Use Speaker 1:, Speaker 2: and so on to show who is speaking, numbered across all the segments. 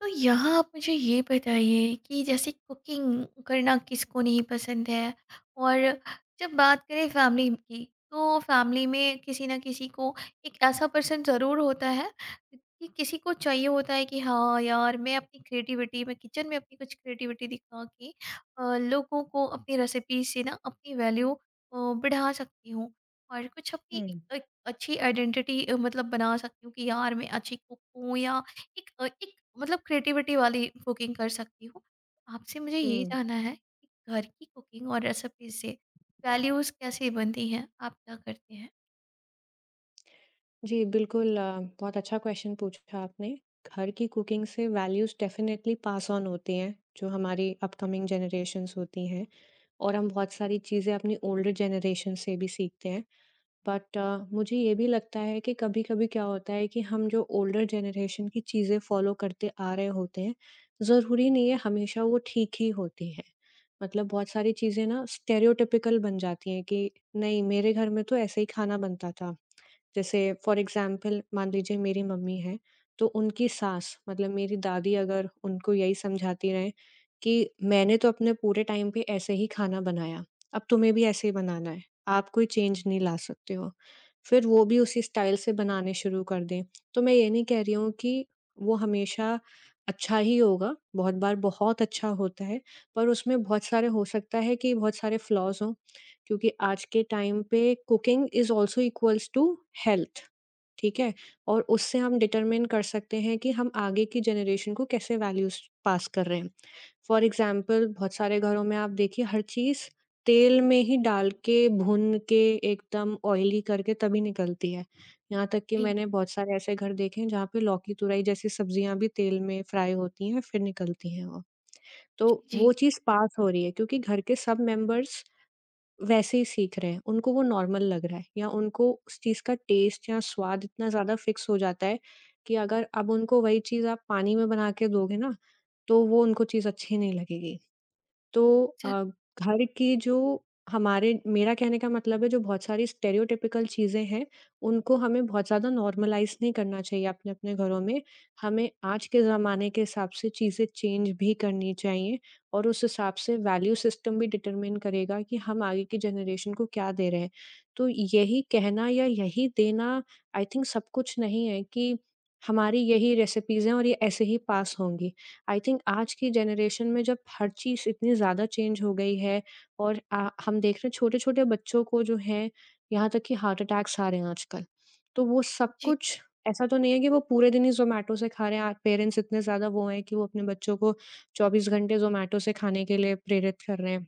Speaker 1: तो यहाँ आप मुझे ये बताइए कि जैसे कुकिंग करना किसको नहीं पसंद है। और जब बात करें फैमिली की, तो फैमिली में किसी ना किसी को एक ऐसा पर्सन ज़रूर होता है कि किसी को चाहिए होता है कि हाँ यार, मैं अपनी क्रिएटिविटी, मैं किचन में अपनी कुछ क्रिएटिविटी दिखा के लोगों को अपनी रेसिपी से ना अपनी वैल्यू बढ़ा सकती हूँ। और कुछ अपनी एक,
Speaker 2: हुँ।
Speaker 1: एक अच्छी आइडेंटिटी, मतलब बना सकती हूँ कि यार मैं अच्छी कुक हूँ, या एक एक मतलब क्रिएटिविटी वाली कुकिंग कर सकती हूँ। आपसे मुझे यही
Speaker 2: हुँ।
Speaker 1: जानना है कि घर की कुकिंग और रेसिपी से वैल्यूज़ कैसे बनती हैं? आप क्या करते हैं?
Speaker 2: जी, बिल्कुल बहुत अच्छा क्वेश्चन पूछा आपने। घर की कुकिंग से वैल्यूज़ डेफ़िनेटली पास ऑन होती हैं, जो हमारी अपकमिंग जनरेशन्स होती हैं और हम बहुत सारी चीज़ें अपनी ओल्डर जनरेशन से भी सीखते हैं। बट मुझे ये भी लगता है कि कभी-कभी क्या होता है कि हम जो ओल्डर जनरेशन की चीज़ें फ़ॉलो करते आ रहे होते हैं, ज़रूरी नहीं है हमेशा वो ठीक ही होती हैं। मतलब बहुत सारी चीज़ें ना स्टेरियोटिपिकल बन जाती हैं कि नहीं, मेरे घर में तो ऐसे ही खाना बनता था। जैसे फॉर एग्ज़ाम्पल मान लीजिए मेरी मम्मी हैं, तो उनकी सास मतलब मेरी दादी अगर उनको यही समझाती रहें कि मैंने तो अपने पूरे टाइम पे ऐसे ही खाना बनाया, अब तुम्हें भी ऐसे ही बनाना है, आप कोई चेंज नहीं ला सकते हो। फिर वो भी उसी स्टाइल से बनाने शुरू कर दें, तो मैं ये नहीं कह रही हूँ कि वो हमेशा अच्छा ही होगा, बहुत बार बहुत अच्छा होता है, पर उसमें बहुत सारे हो सकता है कि बहुत सारे फ्लॉज़ हों क्योंकि आज के टाइम पे cooking is also equals to health, ठीक है? और उससे हम डिटरमाइन कर सकते हैं कि हम आगे की जनरेशन को कैसे वैल्यूज़ पास कर रहे हैं। फॉर एग्ज़ाम्पल बहुत सारे घरों में आप देखिए हर चीज़ तेल में ही डाल के, भून के एकदम ऑयली करके तभी निकलती है। यहाँ तक कि
Speaker 1: जी।
Speaker 2: मैंने बहुत सारे ऐसे घर देखे हैं जहाँ पे लौकी-तुरई जैसी सब्जियाँ भी तेल में फ्राई होती हैं, फिर निकलती हैं वो।
Speaker 1: जी,
Speaker 2: तो
Speaker 1: जी।
Speaker 2: वो चीज़ पास हो रही है क्योंकि घर के सब मेंबर्स वैसे ही सीख रहे हैं, उनको वो नॉर्मल लग रहा है या उनको उस चीज़ का टेस्ट या स्वाद इतना ज़्यादा फिक्स हो जाता है कि अगर अब उनको वही चीज़ आप पानी में बना के दोगे ना, तो वो उनको चीज़ अच्छी नहीं लगेगी। तो
Speaker 1: ज़
Speaker 2: अ, घर की जो हमारे मेरा कहने का मतलब है जो बहुत सारी स्टेरियोटिपिकल चीज़ें हैं, उनको हमें बहुत ज़्यादा नॉर्मलाइज़ नहीं करना चाहिए अपने-अपने घरों में। हमें आज के ज़माने के हिसाब से चीज़ें चेंज भी करनी चाहिए और उस हिसाब से वैल्यू सिस्टम भी डिटरमाइन करेगा कि हम आगे की जनरेशन को क्या दे रहे हैं। तो यही कहना या यही देना आई थिंक सब कुछ नहीं है कि हमारी यही रेसिपीज़ हैं और ये ऐसे ही पास होंगी। आई थिंक आज की जनरेशन में जब हर चीज़ इतनी ज़्यादा चेंज हो गई है और हम देख रहे हैं छोटे-छोटे बच्चों को जो है, यहाँ तक कि हार्ट अटैक्स आ रहे हैं आजकल। तो वो सब
Speaker 1: जी,
Speaker 2: कुछ ऐसा तो नहीं है कि वो पूरे दिन ही ज़ोमैटो से खा रहे हैं। पेरेंट्स इतने ज़्यादा वो हैं कि वो अपने बच्चों को 24 घंटे ज़ोमैटो से खाने के लिए प्रेरित कर रहे हैं।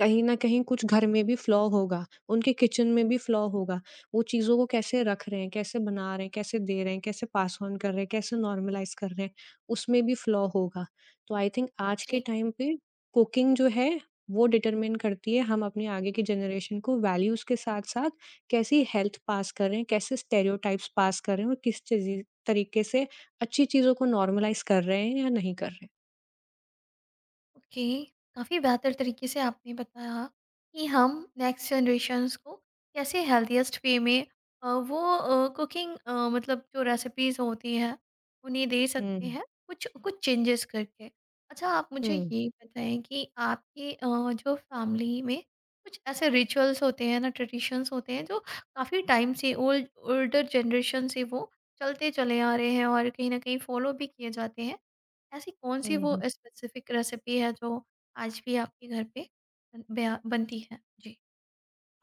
Speaker 2: कहीं न कहीं कुछ घर में भी फ्लॉ होगा, उनके किचन में भी फ्लॉ होगा। वो चीज़ों को कैसे रख रहे हैं, कैसे बना रहे हैं, कैसे दे रहे हैं, कैसे पास ऑन कर रहे हैं, कैसे नॉर्मलाइज़ कर रहे हैं, उसमें भी फ्लॉ होगा। तो आई थिंक आज के
Speaker 1: जी।
Speaker 2: टाइम पे कुकिंग जो है वो डिटरमाइन करती है हम अपने आगे की जनरेशन को वैल्यूज़ के साथ-साथ कैसी हेल्थ पास कर रहे हैं, कैसे स्टेरियोटाइप्स पास कर रहे हैं और किस चीज़ी तरीके से अच्छी चीज़ों को नॉर्मलाइज़ कर रहे हैं या नहीं कर रहे हैं।
Speaker 1: ओके, काफ़ी बेहतर तरीके से आपने बताया कि हम नेक्स्ट जनरेशन्स को कैसे हेल्दीएस्ट वे में वो कुकिंग, मतलब जो रेसिपीज़ होती हैं, उन्हें दे सकते
Speaker 2: हुँ।
Speaker 1: हैं, कुछ कुछ चेंजेस करके। अच्छा, आप मुझे
Speaker 2: हुँ,
Speaker 1: ये बताएं कि आपके जो फैमिली में कुछ ऐसे रिचुअल्स होते हैं ना, ट्रेडिशंस होते हैं जो काफ़ी टाइम से ओल्डर जनरेशन से वो चलते चले आ रहे हैं और कहीं ना कहीं फॉलो भी किए जाते हैं। ऐसी कौन सी
Speaker 2: हुँ,
Speaker 1: वो
Speaker 2: हुँ।
Speaker 1: स्पेसिफिक रेसिपी है जो आज भी आपके घर पे बनती है? जी।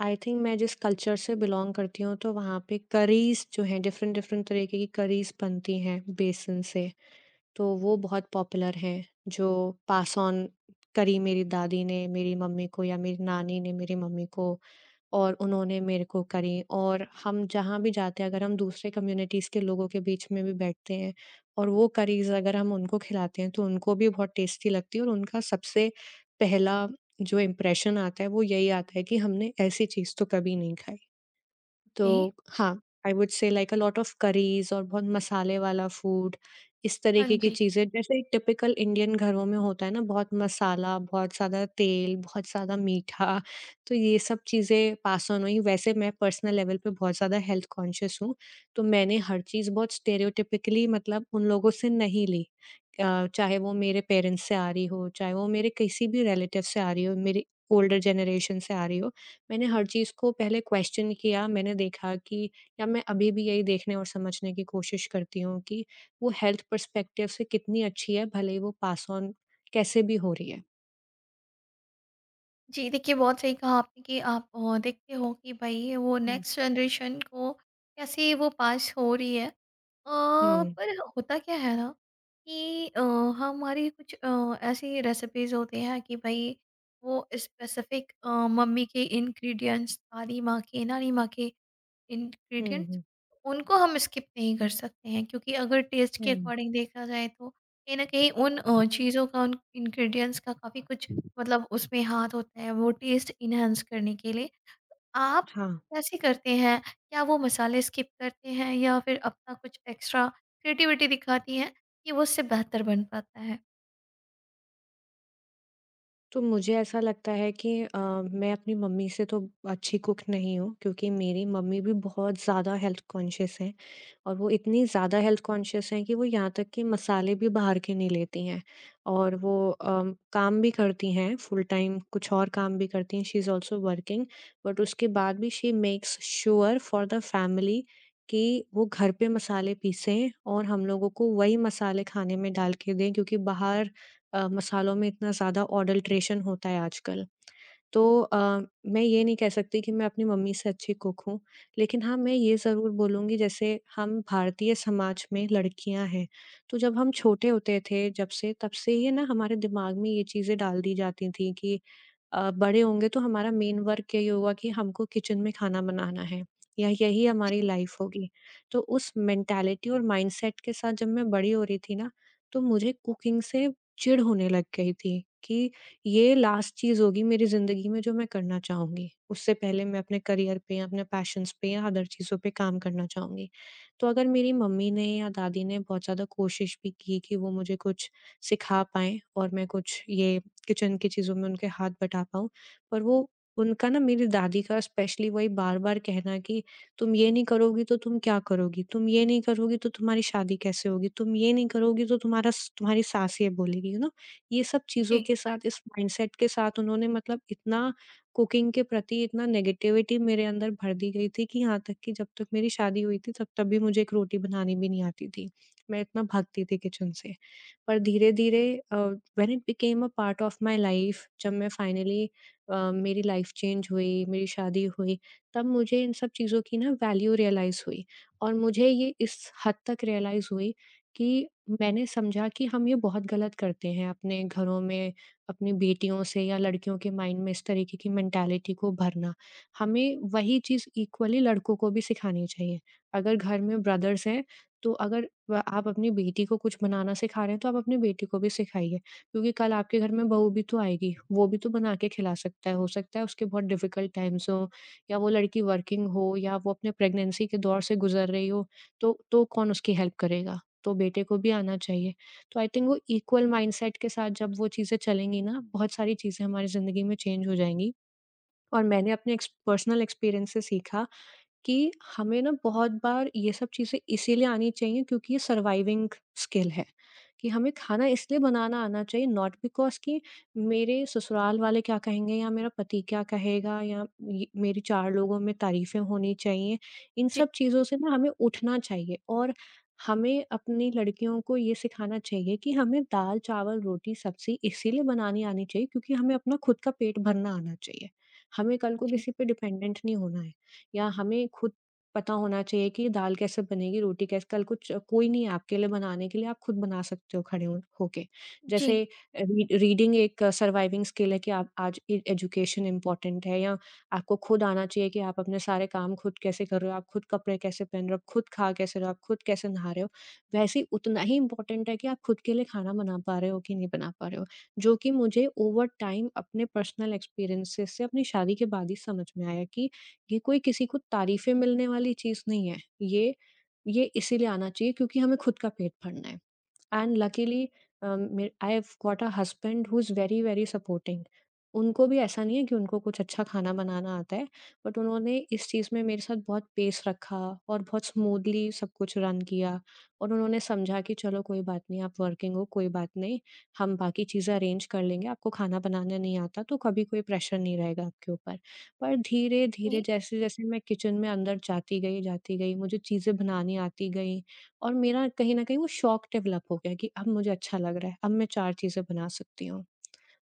Speaker 2: आई थिंक मैं जिस कल्चर से बिलॉन्ग करती हूँ तो वहाँ पे करीज़ जो हैं, डिफ़रेंट डिफ़रेंट तरीके की करीज़ बनती हैं बेसन से। तो वो बहुत पॉपुलर हैं, जो पास ऑन करी मेरी दादी ने मेरी मम्मी को या मेरी नानी ने मेरी मम्मी को। और उन्होंने मेरे को करी, और हम जहाँ भी जाते हैं, अगर हम दूसरे कम्युनिटीज़ के लोगों के बीच में भी बैठते हैं और वो करीज़ अगर हम उनको खिलाते हैं, तो उनको भी बहुत टेस्टी लगती है और उनका सबसे पहला जो इम्प्रेशन आता है, वो यही आता है कि हमने ऐसी चीज़ तो कभी नहीं खाई।
Speaker 1: ओके।
Speaker 2: तो हाँ, I would say like a lot of curries और बहुत मसाले वाला फूड, इस
Speaker 1: हाँ
Speaker 2: तरीके की
Speaker 1: जी।
Speaker 2: चीज़ें जैसे टिपिकल इंडियन घरों में होता है ना, बहुत मसाला, बहुत ज़्यादा तेल, बहुत ज़्यादा मीठा, तो ये सब चीज़ें पास ऑन हुई। वैसे मैं पर्सनल लेवल पे बहुत ज़्यादा हेल्थ कॉन्शियस हूँ, तो मैंने हर चीज़ बहुत स्टेरियोटिपिकली मतलब उन लोगों से नहीं ली। अ, चाहे वो मेरे पेरेंट्स से आ रही हो, चाहे वो मेरे किसी भी रिलेटिव से आ रही हो, मेरी ओल्डर जनरेशन से आ रही हो। मैंने हर चीज़ को पहले क्वेश्चन किया, मैंने देखा कि या मैं अभी भी यही देखने और समझने की कोशिश करती हूँ कि वो हेल्थ पर्सपेक्टिव से कितनी अच्छी है, भले ही वो पास ऑन कैसे भी हो रही है।
Speaker 1: जी, देखिए, बहुत सही कहा आपने कि आप देखते हो कि भाई वो
Speaker 2: हुँ।
Speaker 1: नेक्स्ट जनरेशन को कैसे वो पास हो रही है। अ,
Speaker 2: हुँ,
Speaker 1: पर होता क्या है ना कि हमारी कुछ ऐसी रेसिपीज़ होती हैं कि भाई वो स्पेसिफिक मम्मी के इंग्रेडिएंट्स, दादी माँ के, नानी माँ के
Speaker 2: हुँ,
Speaker 1: इंग्रेडिएंट्स,
Speaker 2: हुँ।
Speaker 1: उनको हम स्किप नहीं कर सकते हैं, क्योंकि अगर टेस्ट के
Speaker 2: हुँ।
Speaker 1: अकॉर्डिंग देखा जाए तो कहीं न कहीं उन चीज़ों का, उन इंग्रेडिएंट्स का काफ़ी कुछ मतलब उसमें हाथ होता है वो टेस्ट एनहांस करने के लिए। आप
Speaker 2: हाँ।
Speaker 1: कैसे करते हैं? क्या वो मसाले स्किप करते हैं या फिर अपना कुछ एक्स्ट्रा क्रिएटिविटी दिखाती हैं कि वो उससे बेहतर बन पाता है?
Speaker 2: तो मुझे ऐसा लगता है कि मैं अपनी मम्मी से तो अच्छी कुक नहीं हूँ, क्योंकि मेरी मम्मी भी बहुत ज़्यादा हेल्थ कॉन्शियस हैं और वो इतनी ज़्यादा हेल्थ कॉन्शियस हैं कि वो यहाँ तक कि मसाले भी बाहर के नहीं लेती हैं। और वो काम भी करती हैं, फुल टाइम कुछ और काम भी करती हैं, she is also working. But उसके बाद भी she makes sure for the family कि वो घर पे मसाले पीसें और हम लोगों को वही मसाले खाने में डाल के दें, क्योंकि बाहर मसालों में इतना ज़्यादा अडल्ट्रेशन होता है आजकल। तो मैं ये नहीं कह सकती कि मैं अपनी मम्मी से अच्छी कुक हूँ। लेकिन हाँ, मैं ये ज़रूर बोलूँगी, जैसे हम भारतीय समाज में लड़कियाँ हैं, तो जब हम छोटे होते थे, जब से तब से ही ना हमारे दिमाग में ये चीज़ें डाल दी जाती थी कि बड़े होंगे तो हमारा मेन वर्क यही होगा कि हमको किचन में खाना बनाना है या यही हमारी लाइफ होगी। तो उस मेंटालिटी और माइंडसेट के साथ जब मैं बड़ी हो रही थी ना, तो मुझे कुकिंग से चिढ़ होने लग गई थी कि ये लास्ट चीज़ होगी मेरी ज़िंदगी में जो मैं करना चाहूँगी। उससे पहले मैं अपने करियर पे, अपने पैशन्स पे या अदर चीज़ों पे काम करना चाहूँगी। तो अगर मेरी मम्मी ने या दादी ने बहुत ज़्यादा कोशिश भी की कि वो मुझे कुछ सिखा पाएँ और मैं कुछ ये किचन की चीज़ों में उनके हाथ बटा पाऊँ। पर वो उनका ना, मेरी दादी का स्पेशली वही बार-बार कहना कि तुम ये नहीं करोगी तो तुम क्या करोगी? तुम ये नहीं करोगी तो तुम्हारी शादी कैसे होगी? तुम ये नहीं करोगी तो तुम्हारा स तुम्हारी सास ये बोलेगी, यू नो? ये सब चीज़ों
Speaker 1: जी,
Speaker 2: के साथ, इस माइंडसेट के साथ उन्होंने मतलब इतना कुकिंग के प्रति इतना नेगेटिविटी मेरे अंदर भर दी गई थी कि यहाँ तक कि जब तक मेरी शादी हुई थी तब तक भी मुझे एक रोटी बनानी भी नहीं आती थी। मैं इतना भागती थी किचन से। पर धीरे-धीरे when it became a part of my life, जब मैं फाइनली मेरी लाइफ चेंज हुई, मेरी शादी हुई, तब मुझे इन सब चीज़ों की ना वैल्यू रियलाइज़ हुई। और मुझे ये इस हद तक रियलाइज़ हुई कि मैंने समझा कि हम ये बहुत गलत करते हैं अपने घरों में, अपनी बेटियों से या लड़कियों के माइंड में इस तरीके की मेंटालिटी को भरना। हमें वही चीज़ इक्वली लड़कों को भी सिखानी चाहिए। अगर घर में ब्रदर्स हैं, तो अगर व आप अपनी बेटी को कुछ बनाना सिखा रहे हैं, तो आप अपनी बेटी को भी सिखाइए, क्योंकि कल आपके घर में बहू भी तो आएगी, वो भी तो बना के खिला सकता है। हो सकता है उसके बहुत डिफ़िकल्ट टाइम्स हों या वो लड़की वर्किंग हो या वो अपने प्रेगनेंसी के दौर से गुज़र रही हो, तो कौन उसकी हेल्प करेगा? तो बेटे को भी आना चाहिए। तो आई थिंक वो इक्वल माइंडसेट के साथ जब वो चीज़ें चलेंगी ना, बहुत सारी चीज़ें हमारी ज़िंदगी में चेंज हो जाएँगी। और मैंने अपने एक्स पर्सनल एक्सपीरियंस से सीखा कि हमें ना बहुत बार ये सब चीज़ें इसीलिए आनी चाहिए क्योंकि ये सर्वाइविंग स्किल है, कि हमें खाना इसलिए बनाना आना चाहिए, नॉट बिकॉज़ कि मेरे ससुराल वाले क्या कहेंगे या मेरा पति क्या कहेगा या ये मेरी 4 लोगों में तारीफ़ें होनी चाहिए। इन
Speaker 1: जी,
Speaker 2: सब चीज़ों से ना हमें उठना चाहिए और हमें अपनी लड़कियों को ये सिखाना चाहिए कि हमें दाल, चावल, रोटी, सब्ज़ी इसीलिए बनानी आनी चाहिए क्योंकि हमें अपना खुद का पेट भरना आना चाहिए। हमें कल को
Speaker 1: जी,
Speaker 2: किसी पे डिपेंडेंट नहीं होना है। या हमें खुद पता होना चाहिए कि दाल कैसे बनेगी, रोटी कैसे। कल कुछ कोई नहीं है आपके लिए बनाने के लिए, आप खुद बना सकते हो, खड़े हो होके।
Speaker 1: जी,
Speaker 2: जैसे री रीडिंग एक सर्वाइविंग स्किल है, कि आप आज ए एजुकेशन इम्पोर्टेंट है, या आपको खुद आना चाहिए कि आप अपने सारे काम खुद कैसे कर रहे हो, आप खुद कपड़े कैसे पहन रहे हो, आप खुद खा कैसे रहे हो, आप खुद कैसे नहा रहे हो। वैसे ही उतना ही इम्पोर्टेंट है कि आप खुद के लिए खाना बना पा रहे हो कि नहीं बना पा रहे हो, जो कि मुझे ओवर टाइम अपने पर्सनल एक्सपीरियंसेस से अपनी शादी के बाद ही समझ में आया कि ये कोई किसी को तारीफ़ें मिलने वाली चीज़ नहीं है। ये ये इसीलिए आना चाहिए क्योंकि हमें खुद का पेट भरना है। And luckily may I have got a husband who is very, very supporting. उनको भी ऐसा नहीं है कि उनको कुछ अच्छा खाना बनाना आता है, बट उन्होंने इस चीज़ में मेरे साथ बहुत पेस रखा और बहुत स्मूथली सब कुछ रन किया। और उन्होंने समझा कि चलो कोई बात नहीं, आप वर्किंग हो, कोई बात नहीं, हम बाकी चीज़ें अरेंज कर लेंगे, आपको खाना बनाना नहीं आता तो कभी कोई प्रेशर नहीं रहेगा आपके ऊपर। पर धीरे-धीरे
Speaker 1: जी।
Speaker 2: जैसे-जैसे मैं किचन में अंदर जाती गई, मुझे चीज़ें बनानी आती गईं और मेरा कहीं न कहीं वो शौक डेवलप हो गया कि अब मुझे अच्छा लग रहा है, अब मैं 4 चीज़ें बना सकती हूँ।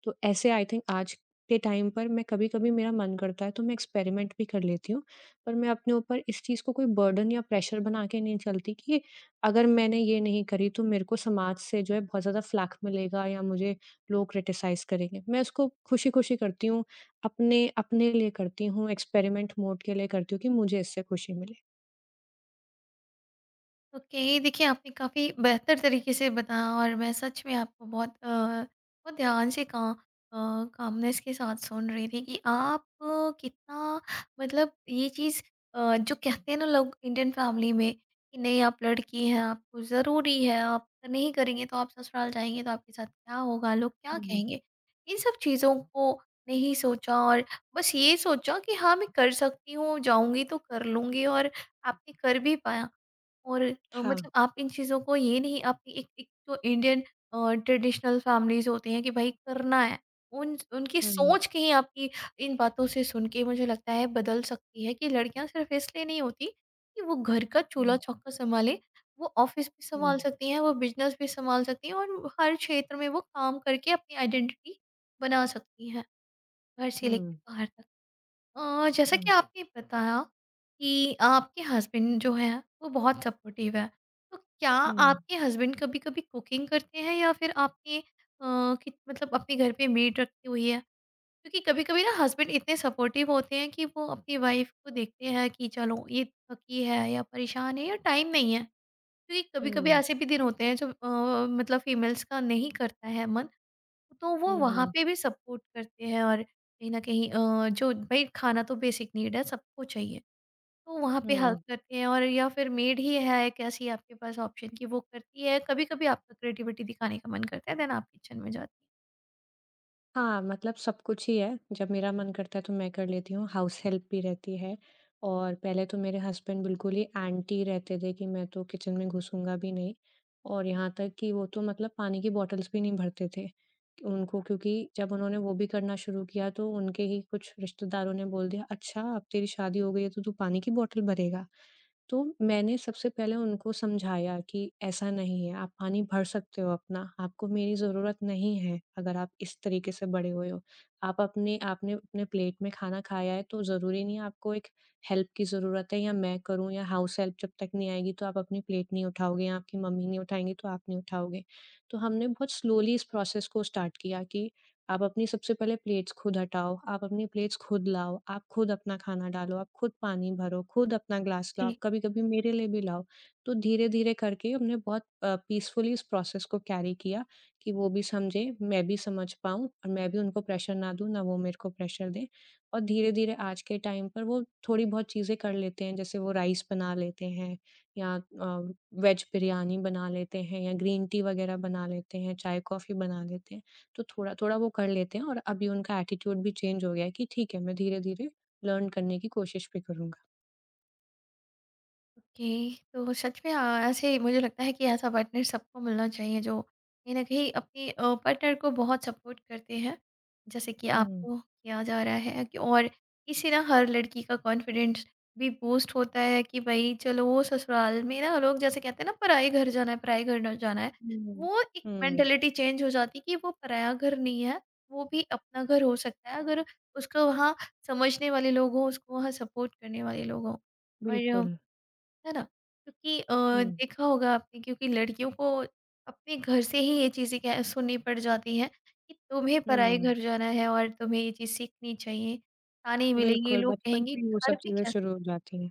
Speaker 2: तो ऐसे आई थिंक आज के टाइम पर मैं कभी-कभी, मेरा मन करता है तो मैं एक्सपेरिमेंट भी कर लेती हूँ, पर मैं अपने ऊपर इस चीज़ को कोई बर्डन या प्रेशर बना के नहीं चलती कि अगर मैंने ये नहीं करी तो मेरे को समाज से जो है बहुत ज़्यादा फ्लैक मिलेगा या मुझे लोग क्रिटिसाइज़ करेंगे। मैं उसको खुशी-खुशी करती हूँ, अपने अपने लिए करती हूँ, एक्सपेरिमेंट मोड के लिए करती हूँ कि मुझे इससे खुशी मिले।
Speaker 1: ओके, देखिए आपने काफ़ी बेहतर तरीके से बताया और मैं सच में आपको बहुत बहुत ध्यान से का कामनेस के साथ सुन रही थी कि आप कितना मतलब ये चीज़, जो कहते हैं ना लोग इंडियन फैमिली में कि नहीं आप लड़की हैं, आपको ज़रूरी है, आप नहीं करेंगे तो आप ससुराल जाएंगे तो आपके साथ क्या होगा, लोग क्या
Speaker 2: हुँ।
Speaker 1: कहेंगे, इन सब चीज़ों को नहीं सोचा और बस ये सोचा कि हाँ मैं कर सकती हूँ, जाऊंगी तो कर लूंगी, और आपने कर भी पाया। और मतलब
Speaker 2: हाँ।
Speaker 1: आप इन चीज़ों को ये नहीं, आप एक एक जो इंडियन ट्रेडिशनल फैमिलीज़ होती हैं कि भाई करना है, उन उनकी
Speaker 2: हुँ,
Speaker 1: सोच कहीं आपकी इन बातों से सुन के मुझे लगता है बदल सकती है कि लड़कियाँ सिर्फ़ इसलिए नहीं होती कि वो घर का
Speaker 2: हुँ,
Speaker 1: चूल्हा-चौका सँभालें, वो ऑफ़िस भी
Speaker 2: हुँ।
Speaker 1: सँभाल सकती हैं, वो बिज़नेस भी सँभाल सकती हैं और हर क्षेत्र में वो काम करके अपनी आइडेंटिटी बना सकती हैं, घर से लेके
Speaker 2: हुँ,
Speaker 1: बाहर तक। जैसा कि
Speaker 2: हुँ,
Speaker 1: आपने बताया कि आपके हस्बैंड जो है वो बहुत सपोर्टिव है, तो क्या
Speaker 2: हुँ,
Speaker 1: आपके हस्बैंड कभी कभी कुकिंग करते हैं या फिर आपने कि, मतलब अपने घर पे मेड रखी हुई है? क्योंकि कभी कभी ना हस्बैंड इतने सपोर्टिव होते हैं कि वो अपनी वाइफ को देखते हैं कि चलो ये थकी है या परेशान है या टाइम नहीं है, क्योंकि कभी कभी
Speaker 2: हुँ,
Speaker 1: ऐसे भी दिन होते हैं जो मतलब फीमेल्स का नहीं करता है मन, तो वो
Speaker 2: हुँ,
Speaker 1: वहाँ
Speaker 2: हुँ,
Speaker 1: पे भी सपोर्ट करते हैं और कहीं न कहीं जो भई खाना तो बेसिक नीड है, सबको चाहिए। तो वहाँ पे हेल्प
Speaker 2: हुँ।
Speaker 1: करते हैं, और या फिर मेड ही है एक ऐसी आपके पास ऑप्शन कि वो करती है, कभी-कभी आपका क्रिएटिविटी दिखाने का मन करता है देन आप किचन में जाती हैं।
Speaker 2: हाँ, मतलब सब कुछ ही है, जब मेरा मन करता है तो मैं कर लेती हूँ, हाउस हेल्प भी रहती है। और पहले तो मेरे हस्बैंड बिल्कुल ही एंटी रहते थे कि मैं तो किचन में घुसूँगा भी नहीं, और यहाँ तक कि वो तो मतलब पानी की बॉटल्स भी नहीं भरते थे। उनको क्योंकि जब उन्होंने वो भी करना शुरू किया तो उनके ही कुछ रिश्तेदारों ने बोल दिया, "अच्छा, अब तेरी शादी हो गई है तो तू पानी की बॉटल भरेगा?" तो मैंने सबसे पहले उनको समझाया कि ऐसा नहीं है, आप पानी भर सकते हो अपना, आपको मेरी ज़रूरत नहीं है, अगर आप इस तरीके से बड़े हुए हो। आप अपने आपने अपने प्लेट में खाना खाया है तो ज़रूरी नहीं है आपको एक हेल्प की ज़रूरत है, या मैं करूँ या हाउस हेल्प जब तक नहीं आएगी तो आप अपनी प्लेट नहीं उठाओगे, या आपकी मम्मी नहीं उठाएँगी तो आप नहीं उठाओगे। तो हमने बहुत स्लोली इस प्रोसेस को स्टार्ट किया कि आप अपनी सबसे पहले प्लेट्स खुद हटाओ, आप अपनी प्लेट्स खुद लाओ, आप खुद अपना खाना डालो, आप खुद पानी भरो, खुद अपना ग्लास लाओ,
Speaker 1: जी।
Speaker 2: आप कभी-कभी मेरे लिए भी लाओ। तो धीरे-धीरे करके हमने बहुत पीसफुली इस प्रोसेस को कैरी किया कि वो भी समझे, मैं भी समझ पाऊँ और मैं भी उनको प्रेशर ना दूँ, ना वो मेरे को प्रेशर दें। और धीरे-धीरे आज के टाइम पर वो थोड़ी बहुत चीज़ें कर लेते हैं, जैसे वो राइस बना लेते हैं या वेज बिरयानी बना लेते हैं या ग्रीन टी वगैरह बना लेते हैं, चाय-कॉफ़ी बना लेते हैं। तो थोड़ा-थोड़ा वो कर लेते हैं और अभी उनका एटीट्यूड भी चेंज हो गया है कि ठीक है, मैं धीरे-धीरे लर्न करने की कोशिश भी करूँगा।
Speaker 1: ओके, तो सच में आ, ऐसे मुझे लगता है कि ऐसा पार्टनर सबको मिलना चाहिए जो कहीं ना कहीं अपने पार्टनर को बहुत सपोर्ट करते हैं, जैसे कि
Speaker 2: हुँ।
Speaker 1: आपको किया जा रहा है। कि और इससे ना हर लड़की का कॉन्फिडेंस भी बूस्ट होता है कि भाई चलो वो ससुराल में ना लोग जैसे कहते हैं ना पराए घर जाना है, पराए घर ना जाना है,
Speaker 2: हुँ।
Speaker 1: वो एक
Speaker 2: हुँ,
Speaker 1: मेंटेलिटी चेंज हो जाती है कि वो पराया घर नहीं है, वो भी अपना घर हो सकता है अगर उसको वहाँ समझने वाले लोग हों, उसको वहाँ सपोर्ट करने वाले लोग हों। और
Speaker 2: बिल्कुल।
Speaker 1: है ना? क्योंकि
Speaker 2: हुँ,
Speaker 1: देखा होगा आपने, क्योंकि लड़कियों को अपने घर से ही ये चीज़ें कह सुननी पड़ जाती हैं कि तुम्हें पराए
Speaker 2: हुँ।
Speaker 1: घर जाना है और तुम्हें ये चीज़ सीखनी चाहिए। ताने मिलेंगे,
Speaker 2: बिल्कुल,
Speaker 1: लोग
Speaker 2: बचपन
Speaker 1: कहेंगे
Speaker 2: से ही वो
Speaker 1: घर
Speaker 2: सब
Speaker 1: पे
Speaker 2: चीज़ें
Speaker 1: क्या सीख।
Speaker 2: शुरू हो जाती हैं।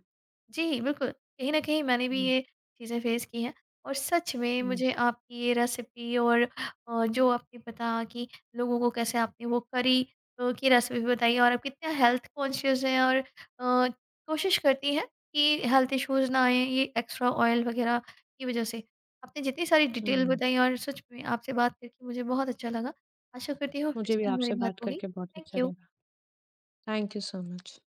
Speaker 1: जी, बिल्कुल। कहीं न कहीं मैंने भी
Speaker 2: हुँ,
Speaker 1: ये चीज़ें फ़ेस की हैं। और सच में
Speaker 2: हुँ,
Speaker 1: मुझे आपकी ये रेसिपी और जो आपने पता कि लोगों को कैसे आपने वो करी की रेसिपी बताई, और आप कितना हेल्थ कॉन्शियस हैं और कोशिश करती हैं कि हेल्थ इश्यूज़ ना आएँ, ये एक्स्ट्रा ऑयल वग़ैरह की वज़ह से। आपने जितनी सारी डिटेल
Speaker 2: हुँ।
Speaker 1: बताई, और सच में आपसे बात करके मुझे बहुत अच्छा लगा। आशा करती हूँ फिर
Speaker 2: मुझे भी
Speaker 1: से हमारी
Speaker 2: आपसे
Speaker 1: बात
Speaker 2: बात
Speaker 1: होगी।
Speaker 2: करके बहुत अच्छा
Speaker 1: थैंक यू।
Speaker 2: लगा। Thank you so much.